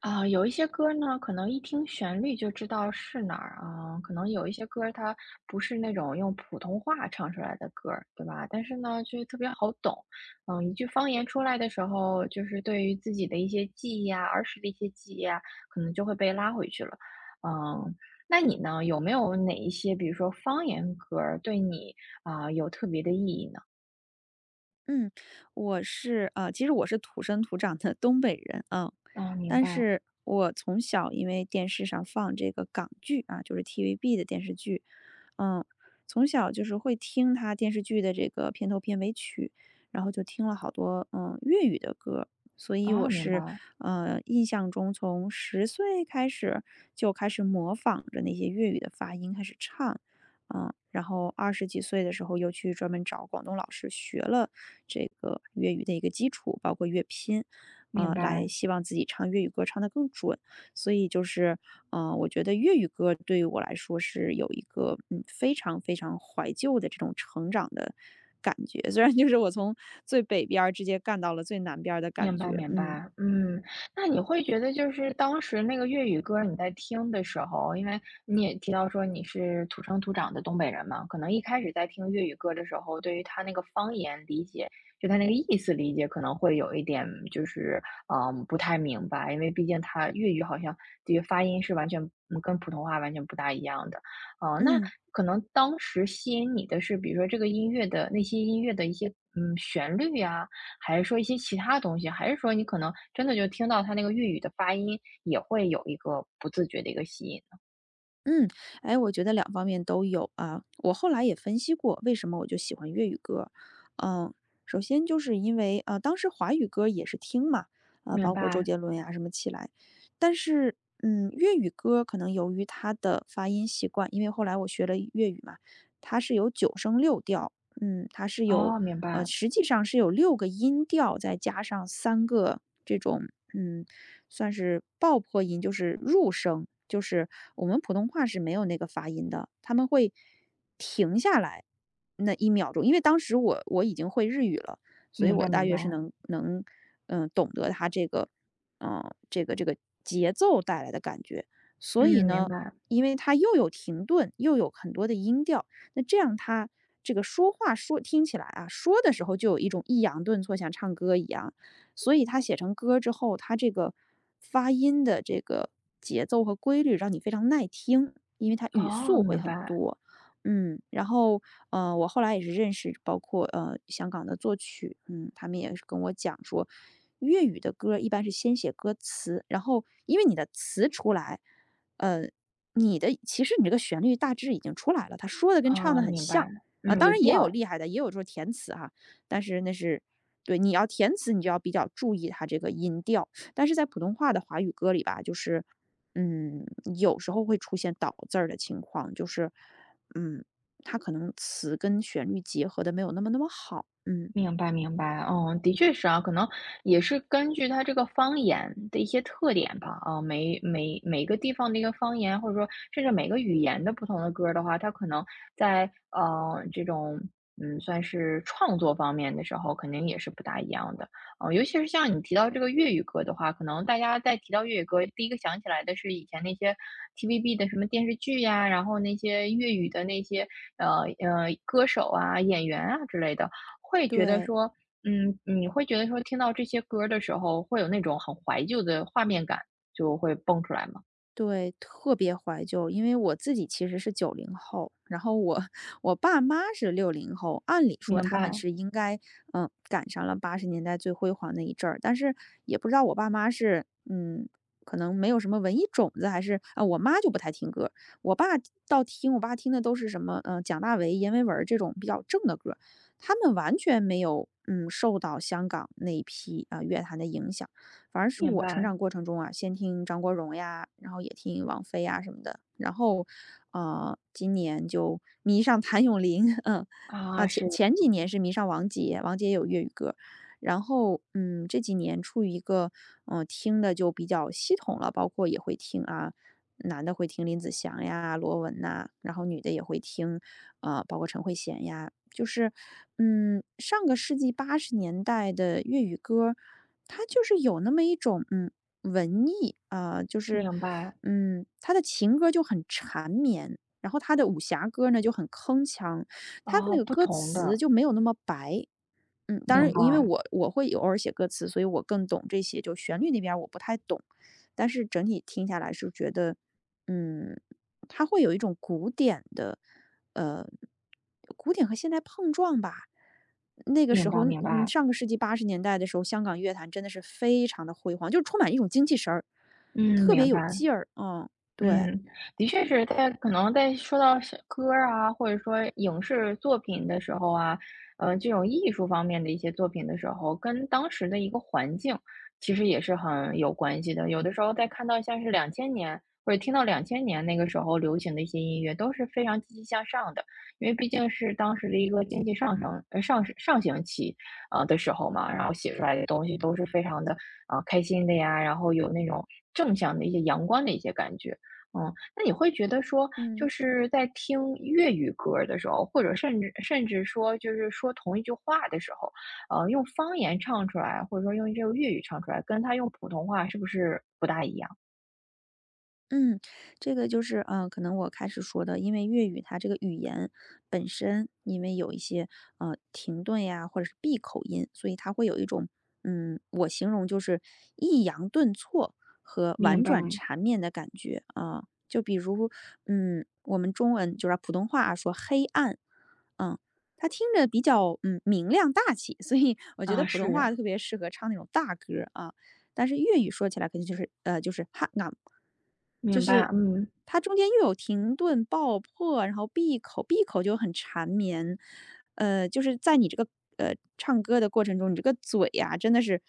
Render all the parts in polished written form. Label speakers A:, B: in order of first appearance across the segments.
A: 啊，有一些歌呢，可能一听旋律就知道是哪儿啊，可能有一些歌儿它不是那种用普通话唱出来的歌儿，对吧？但是呢，就是特别好懂，嗯，一句方言出来的时候，就是对于自己的一些记忆啊，儿时的一些记忆啊，可能就会被拉回去了。嗯，那你呢，有没有哪一些，比如说方言歌儿，对你啊，有特别的意义呢？
B: 嗯，其实我是土生土长的东北人啊，
A: 啊，明
B: 但
A: 白了。
B: 是我从小因为电视上放这个港剧啊，就是 TVB 的电视剧，嗯，从小就是会听他电视剧的这个片头片尾曲，然后就听了好多粤语的歌，所以
A: 啊，明白了。
B: 印象中从10岁开始就开始模仿着那些粤语的发音开始唱，然后二十几岁的时候又去专门找广东老师学了这个粤语的一个基础，包括乐拼，
A: 明
B: 来
A: 白。
B: 希望自己唱粤语歌唱得更准。所以就是，我觉得粤语歌对于我来说是有一个非常非常怀旧的这种成长的感觉，虽然就是我从最北边儿直接干到了最南边儿的感
A: 明白
B: 觉，
A: 明
B: 嗯
A: 白，嗯，那你会觉得就是当时那个粤语歌你在听的时候，因为你也提到说你是土生土长的东北人嘛，可能一开始在听粤语歌的时候，对于他那个方言理解，就他那个意思理解，可能会有一点就是不太明白，因为毕竟他粤语好像这个发音是完全跟普通话完全不大一样的，嗯，那
B: 嗯。
A: 可能当时吸引你的是，比如说这个音乐的那些音乐的一些旋律呀。还是说一些其他东西？还是说你可能真的就听到它那个粤语的发音，也会有一个不自觉的一个吸引呢？
B: 嗯，哎，我觉得两方面都有啊。我后来也分析过，为什么我就喜欢粤语歌。嗯，首先就是因为当时华语歌也是听嘛，啊、
A: 明
B: 包括周
A: 白。
B: 杰伦呀、什么起来，但是粤语歌可能由于它的发音习惯，因为后来我学了粤语嘛，它是有九声六调，嗯，它是有
A: 哦，明
B: 呃，
A: 白。
B: 实际上是有六个音调，再加上三个这种。嗯，算是爆破音，就是入声，就是我们普通话是没有那个发音的，他们会停下来那一秒钟。因为当时我已经会日语了，所以
A: 明
B: 我
A: 白
B: 大
A: 明
B: 约
A: 白，
B: 是能懂得他这个节奏带来的感觉。所以
A: 嗯，明
B: 呢，
A: 白。
B: 因为它又有停顿，又有很多的音调，那这样它这个说话说听起来啊，说的时候就有一种抑扬顿挫，像唱歌一样。所以它写成歌之后，它这个发音的这个节奏和规律让你非常耐听，因为它语
A: 哦，
B: 速会
A: 明
B: 很
A: 白。
B: 多。然后我后来也是认识，包括香港的作曲，他们也是跟我讲说，粤语的歌一般是先写歌词，然后因为你的词出来，呃，其实你这个旋律大致已经出来了，他说的跟唱
A: 哦，
B: 的很
A: 明白，
B: 像啊、
A: 嗯，
B: 当
A: 有
B: 然也有
A: 调。
B: 厉害的，也有就是填词哈、但是那是对，你要填词，你就要比较注意它这个音调。但是在普通话的华语歌里吧，就是，嗯，有时候会出现倒字儿的情况，就是，嗯，它可能词跟旋律结合的没有那么那么好。嗯，
A: 明白明白，嗯，的确是啊，可能也是根据它这个方言的一些特点吧，啊，每个地方的一个方言，或者说甚至每个语言的不同的歌儿的话，它可能在这种算是创作方面的时候，肯定也是不大一样的，嗯，尤其是像你提到这个粤语歌的话，可能大家在提到粤语歌，第一个想起来的是以前那些 TVB 的什么电视剧呀，然后那些粤语的那些歌手啊、演员啊之类的。会觉得
B: 对。
A: 说，嗯，你会觉得说听到这些歌儿的时候，会有那种很怀旧的画面感，就会蹦出来吗？
B: 对，特别怀旧，因为我自己其实是90后，然后我 我爸妈是60后，按理说
A: 明
B: 他们
A: 白，
B: 是应该赶上了八十年代最辉煌那一阵儿，但是也不知道我爸妈是可能没有什么文艺种子，还是啊、我妈就不太听歌，我爸倒听，我爸听的都是什么蒋大为、阎维文儿这种比较正的歌他们完全没有受到香港那一批啊、乐坛的影响。反而是
A: 明
B: 我成
A: 白。
B: 长过程中啊，先听张国荣呀，然后也听王菲呀什么的，然后，今年就迷上谭咏麟，啊，
A: 啊，
B: 前
A: 是。
B: 前几年是迷上王杰，王杰也有粤语歌，然后，这几年处于一个，听的就比较系统了，包括也会听啊，男的会听林子祥呀、罗文呐、然后女的也会听，啊，包括陈慧娴呀，就是，上个世纪八十年代的粤语歌。他就是有那么一种文艺啊、就是
A: 明白。
B: 他的情歌就很缠绵，然后他的武侠歌呢就很铿锵，他的那
A: 啊，
B: 个
A: 不
B: 歌
A: 同
B: 词
A: 的。
B: 就没有那么白。当然，
A: 明
B: 因为
A: 白，
B: 我会偶尔写歌词，所以我更懂这些。就旋律那边儿我不太懂，但是整体听下来是觉得，嗯，他会有一种呃，古典和现代碰撞吧。那个
A: 明
B: 时候，
A: 白，明白，
B: 上个世纪八十年代的时候，香港乐坛真的是非常的辉煌，就是充满一种精气神儿，
A: 嗯，
B: 特别
A: 明
B: 有
A: 白。
B: 劲儿，嗯，对。
A: 嗯，的确是在可能在说到是歌儿啊，或者说影视作品的时候啊，呃，这种艺术方面的一些作品的时候，跟当时的一个环境其实也是很有关系的。有的时候在看到像是两千年或者听到两千年那个时候流行的一些音乐，都是非常积极向上的，因为毕竟是当时的一个经济上升上行期，的时候嘛，然后写出来的东西都是非常的开心的呀，然后有那种正向的一些阳光的一些感觉。嗯，那你会觉得说，
B: 嗯。
A: 就是在听粤语歌儿的时候，或者甚至说就是说同一句话的时候，呃，用方言唱出来，或者说用这个粤语唱出来，跟他用普通话是不是不大一样？
B: 嗯，这个就是，可能我开始说的，因为粤语它这个语言本身，因为有一些停顿呀，或者是闭口音，所以它会有一种，我形容就是抑扬顿挫和婉
A: 明白。
B: 转缠绵的感觉啊、就比如，我们中文就是普通话说黑暗，嗯，它听着比较明亮大气，所以我觉得
A: 啊，
B: 普通话
A: 是。
B: 特别适合唱那种大歌儿啊。但是粤语说起来肯定就是"哈暗"，就
A: 明
B: 是
A: 白，嗯，
B: 它中间又有停顿、爆破，然后闭口，闭口就很缠绵。就是在你这个唱歌的过程中，你这个嘴呀、真的是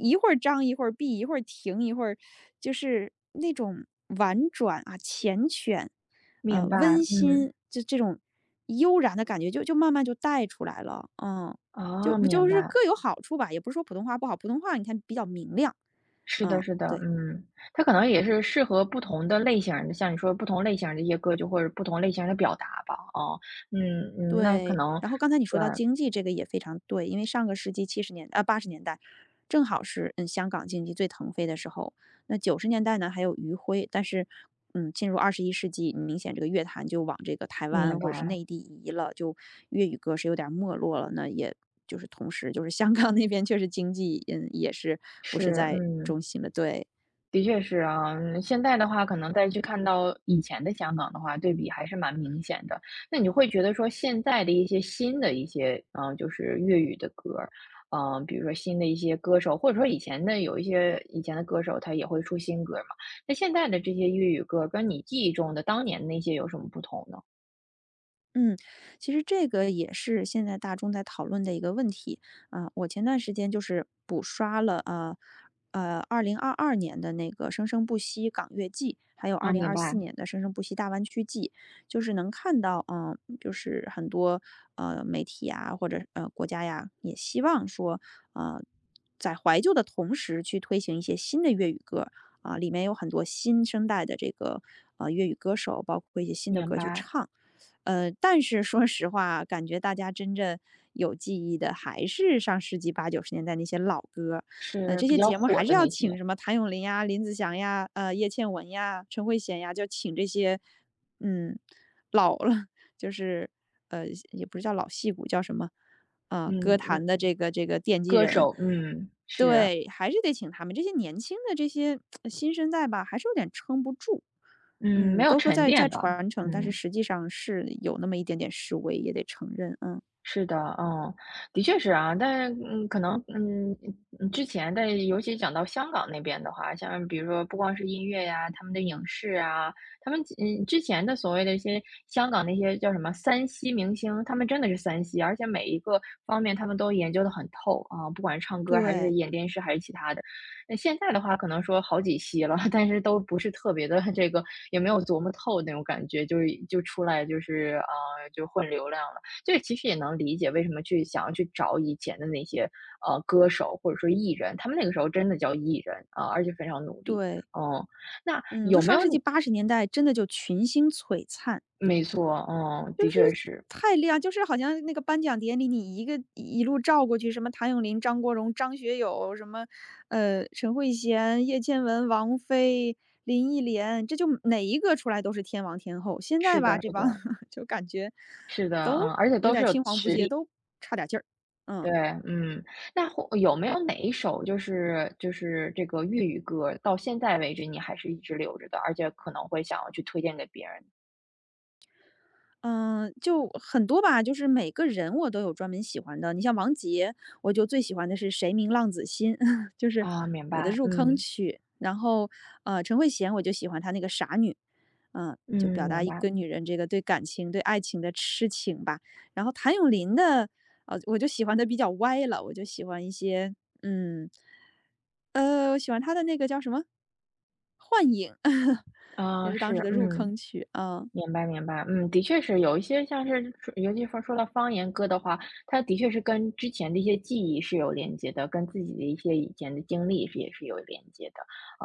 B: 一会儿张一会儿闭，一会儿停一会儿，就是那种婉转啊、缱绻，
A: 明白，
B: 温
A: 嗯。
B: 馨，就这种悠然的感觉就慢慢就带出来了，嗯。就
A: 啊，
B: 不就
A: 明
B: 是各
A: 白。
B: 有好处吧，也不是说普通话不好，普通话你看比较明亮，
A: 是的，
B: 嗯，
A: 是的，
B: 对
A: 嗯，它可能也是适合不同的类型儿的，像你说不同类型儿的一些歌，就或者不同类型儿的表达吧，哦，嗯嗯，那可
B: 对。
A: 能，
B: 然后刚才你说
A: 对，
B: 到经济这个也非常对，因为上个世纪七十年啊八十年代，正好是香港经济最腾飞的时候。那九十年代呢还有余晖，但是进入21世纪，明显这个乐坛就往这个台
A: 明
B: 湾或者是
A: 白。
B: 内地移了，就粤语歌是有点儿没落了。那也就是同时就是香港那边确实经济也是不是
A: 是，
B: 在
A: 嗯，
B: 中心了，对。
A: 的确是啊。嗯现在的话，可能再去看到以前的香港的话，对比还是蛮明显的。那你会觉得说现在的一些新的一些，嗯、就是粤语的歌儿，嗯、比如说新的一些歌手，或者说以前的有一些以前的歌手，他也会出新歌儿嘛。那现在的这些粤语歌儿跟你记忆中的当年那些有什么不同呢？
B: 嗯，其实这个也是现在大众在讨论的一个问题啊、我前段时间就是补刷了啊2022年的那个《生生不息港乐季》，还有二
A: 啊，
B: 零
A: 明
B: 二四
A: 白，
B: 年的《生生不息大湾区季》，就是能看到，就是很多媒体啊或者国家呀，也希望说，呃，在怀旧的同时去推行一些新的粤语歌啊、里面有很多新生代的这个粤语歌手，包括一些新的
A: 明
B: 歌去
A: 白。
B: 唱。但是说实话，感觉大家真正有记忆的还是上世纪八九十年代那些老歌，
A: 是
B: 这
A: 比
B: 些
A: 较
B: 节目
A: 火
B: 还是
A: 的
B: 要
A: 那
B: 请
A: 些。
B: 什么谭咏麟呀、林子祥呀、叶倩文呀、陈慧娴呀，就请这些，嗯，老了，就是呃，也不是叫老戏骨，叫什么，歌
A: 嗯
B: 坛的
A: 嗯，
B: 这个奠基
A: 歌
B: 人，
A: 手，嗯，是。
B: 对，还是得请他们。这些年轻的这些新生代吧，还是有点撑不住。
A: 嗯，没有
B: 都说
A: 沉
B: 在
A: 淀吧。
B: 传承，但是
A: 嗯。
B: 实际上是有那么一点点示威，也得承认。嗯，
A: 是的，嗯，的确是啊，但是嗯，可能嗯嗯之前的，尤其讲到香港那边的话，像比如说不光是音乐呀，他们的影视啊，他们之前的所谓的一些香港那些叫什么三栖明星，他们真的是三栖，而且每一个方面他们都研究的很透啊，不管是唱歌还
B: 对
A: 是演电视还是其他的。那现在的话，可能说好几栖了，但是都不是特别的这个，也没有琢磨透那种感觉，就是就出来就是啊、就混流量，这其实也能理解为什么去想要去找以前的那些歌手或者说艺人，他们那个时候真的叫艺人啊、而且非常努力。
B: 对，
A: 嗯，那
B: 嗯，就
A: 有没
B: 上
A: 有
B: 世纪八十年代真的就群星璀璨。
A: 没错，嗯，的确是。
B: 太亮，就是好像那个颁奖典礼，你一路照过去，什么谭咏麟、张国荣、张学友，什么陈慧娴、叶倩文、王菲、林忆莲，这就哪一个出来都是天王天后。现在
A: 是的，
B: 吧，这
A: 是
B: 帮
A: 的。
B: 就感觉
A: 是的，
B: 都
A: 嗯，而且
B: 有
A: 都是
B: 点
A: 有
B: 青黄不
A: 实
B: 接，
A: 力。
B: 都差点劲儿。嗯。
A: 对，嗯，那或有没有哪一首就是这个粤语歌，到现在为止你还是一直留着的，而且可能会想要去推荐给别人？
B: 嗯，就很多吧，就是每个人我都有专门喜欢的。你像王杰，我就最喜欢的是《谁明浪子心》，就是
A: 啊，明
B: 我的
A: 白。
B: 入坑
A: 嗯
B: 曲。然后，陈慧娴我就喜欢她那个傻女，就表
A: 嗯，
B: 达
A: 明
B: 一
A: 白。
B: 个女人这个对感情、对爱情的痴情吧。然后谭咏麟的，我就喜欢的比较歪了，我就喜欢一些，嗯，我喜欢他的那个叫什么《幻影》也
A: 啊，
B: 是当时
A: 是。
B: 的入
A: 嗯。
B: 坑曲啊。
A: 明白明白，嗯，的确是有一些像是说尤其说说到方言歌的话，它的确是跟之前的一些记忆是有连接的，跟自己的一些以前的经历是也是有连接的。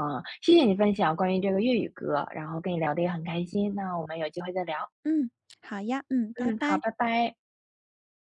A: 嗯，谢谢你分享关于这个粤语歌，然后跟你聊得也很开心，那我们有机会再聊。
B: 嗯，好呀，嗯，拜
A: 嗯，好，
B: 拜。
A: 拜拜。